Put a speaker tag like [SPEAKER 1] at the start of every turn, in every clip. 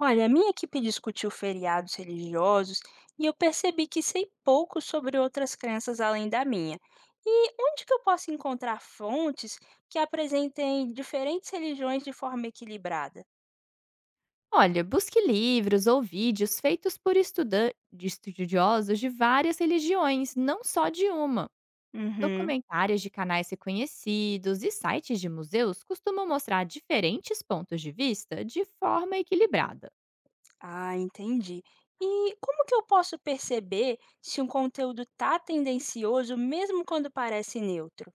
[SPEAKER 1] Olha, a minha equipe discutiu feriados religiosos e eu percebi que sei pouco sobre outras crenças além da minha. E onde que eu posso encontrar fontes que apresentem diferentes religiões de forma equilibrada?
[SPEAKER 2] Olha, busque livros ou vídeos feitos por estudan- de estudiosos de várias religiões, não só de uma.
[SPEAKER 1] Uhum.
[SPEAKER 2] Documentários de canais reconhecidos e sites de museus costumam mostrar diferentes pontos de vista de forma equilibrada.
[SPEAKER 1] Ah, entendi. E como que eu posso perceber se um conteúdo tá tendencioso mesmo quando parece neutro?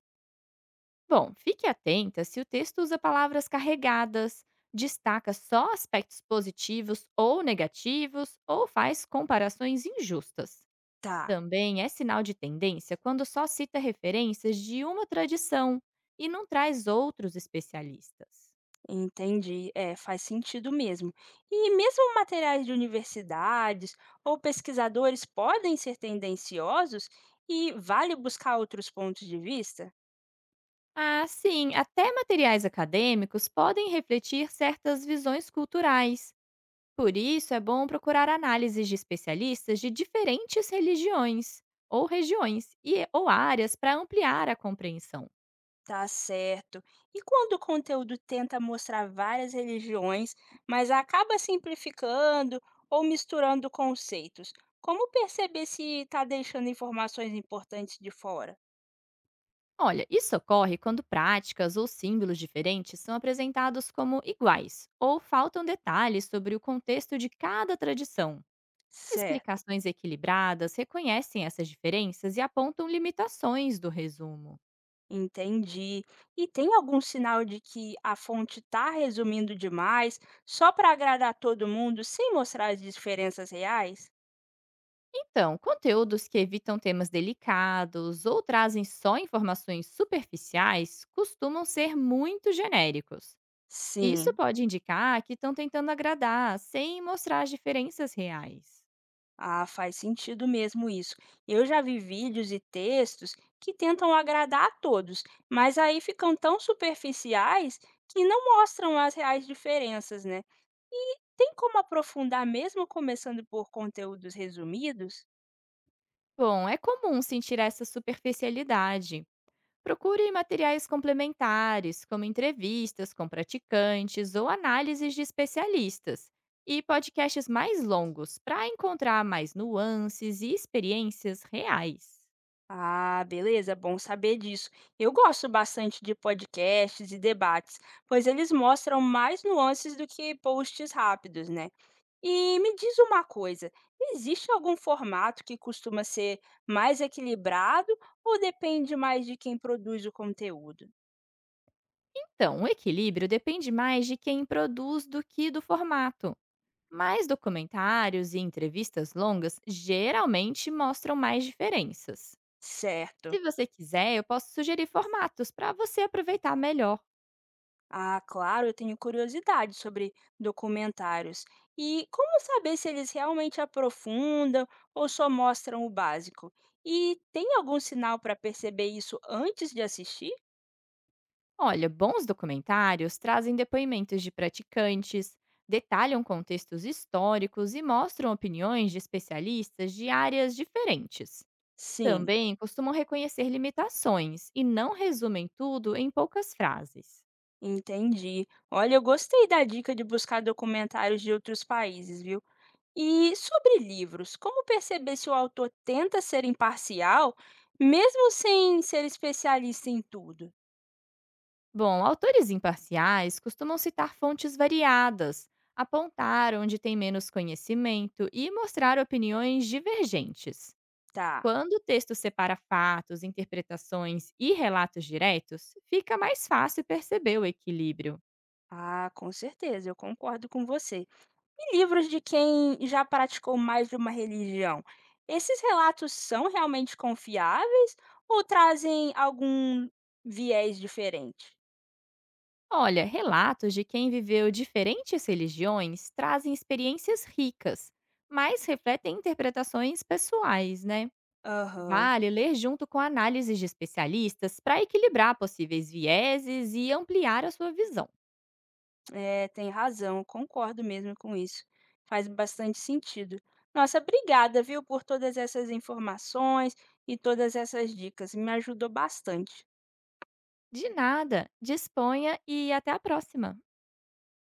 [SPEAKER 2] Bom, fique atenta se o texto usa palavras carregadas, destaca só aspectos positivos ou negativos ou faz comparações injustas.
[SPEAKER 1] Tá.
[SPEAKER 2] Também é sinal de tendência quando só cita referências de uma tradição e não traz outros especialistas.
[SPEAKER 1] Entendi, é, faz sentido mesmo. E mesmo materiais de universidades ou pesquisadores podem ser tendenciosos e vale buscar outros pontos de vista?
[SPEAKER 2] Ah, sim, até materiais acadêmicos podem refletir certas visões culturais. Por isso, é bom procurar análises de especialistas de diferentes religiões ou regiões e ou áreas para ampliar a compreensão.
[SPEAKER 1] Tá certo. E quando o conteúdo tenta mostrar várias religiões, mas acaba simplificando ou misturando conceitos, como perceber se está deixando informações importantes de fora?
[SPEAKER 2] Olha, isso ocorre quando práticas ou símbolos diferentes são apresentados como iguais, ou faltam detalhes sobre o contexto de cada tradição.
[SPEAKER 1] Certo.
[SPEAKER 2] Explicações equilibradas reconhecem essas diferenças e apontam limitações do resumo.
[SPEAKER 1] Entendi. E tem algum sinal de que a fonte está resumindo demais, só para agradar todo mundo, sem mostrar as diferenças reais?
[SPEAKER 2] Então, conteúdos que evitam temas delicados ou trazem só informações superficiais costumam ser muito genéricos. Isso
[SPEAKER 1] Sim,
[SPEAKER 2] pode indicar que estão tentando agradar, sem mostrar as diferenças reais.
[SPEAKER 1] ah, faz sentido mesmo isso. Eu já vi vídeos e textos que tentam agradar a todos, mas aí ficam tão superficiais que não mostram as reais diferenças, né? E tem como aprofundar mesmo começando por conteúdos resumidos?
[SPEAKER 2] Bom, é comum sentir essa superficialidade. Procure materiais complementares, como entrevistas com praticantes ou análises de especialistas, e podcasts mais longos para encontrar mais nuances e experiências reais.
[SPEAKER 1] Ah, beleza, é bom saber disso. Eu gosto bastante de podcasts e debates, pois eles mostram mais nuances do que posts rápidos, né? E me diz uma coisa, existe algum formato que costuma ser mais equilibrado ou depende mais de quem produz o conteúdo?
[SPEAKER 2] Então, o equilíbrio depende mais de quem produz do que do formato. Mas documentários e entrevistas longas geralmente mostram mais diferenças. Se
[SPEAKER 1] Certo.
[SPEAKER 2] você quiser, eu posso sugerir formatos para você aproveitar melhor.
[SPEAKER 1] Ah, claro, eu tenho curiosidade sobre documentários. E como saber se eles realmente aprofundam ou só mostram o básico? E tem algum sinal para perceber isso antes de assistir?
[SPEAKER 2] Olha, bons documentários trazem depoimentos de praticantes, detalham contextos históricos e mostram opiniões de especialistas de áreas diferentes.
[SPEAKER 1] Sim,
[SPEAKER 2] Também costumam reconhecer limitações e não resumem tudo em poucas frases.
[SPEAKER 1] entendi. Olha, eu gostei da dica de buscar documentários de outros países, viu? E sobre livros, como perceber se o autor tenta ser imparcial, mesmo sem ser especialista em tudo?
[SPEAKER 2] Bom, autores imparciais costumam citar fontes variadas, apontar onde tem menos conhecimento e mostrar opiniões divergentes.
[SPEAKER 1] Tá.
[SPEAKER 2] Quando o texto separa fatos, interpretações e relatos diretos, fica mais fácil perceber o equilíbrio.
[SPEAKER 1] Ah, com certeza, eu concordo com você. E livros de quem já praticou mais de uma religião. Esses relatos são realmente confiáveis ou trazem algum viés diferente?
[SPEAKER 2] Olha, relatos de quem viveu diferentes religiões trazem experiências ricas, mas refletem interpretações pessoais, né?
[SPEAKER 1] Aham,
[SPEAKER 2] Vale ler junto com análises de especialistas para equilibrar possíveis vieses e ampliar a sua visão.
[SPEAKER 1] é, tem razão, concordo mesmo com isso. Faz bastante sentido. Nossa, obrigada, viu, por todas essas informações e todas essas dicas. Me ajudou bastante.
[SPEAKER 2] De nada, disponha e até a próxima!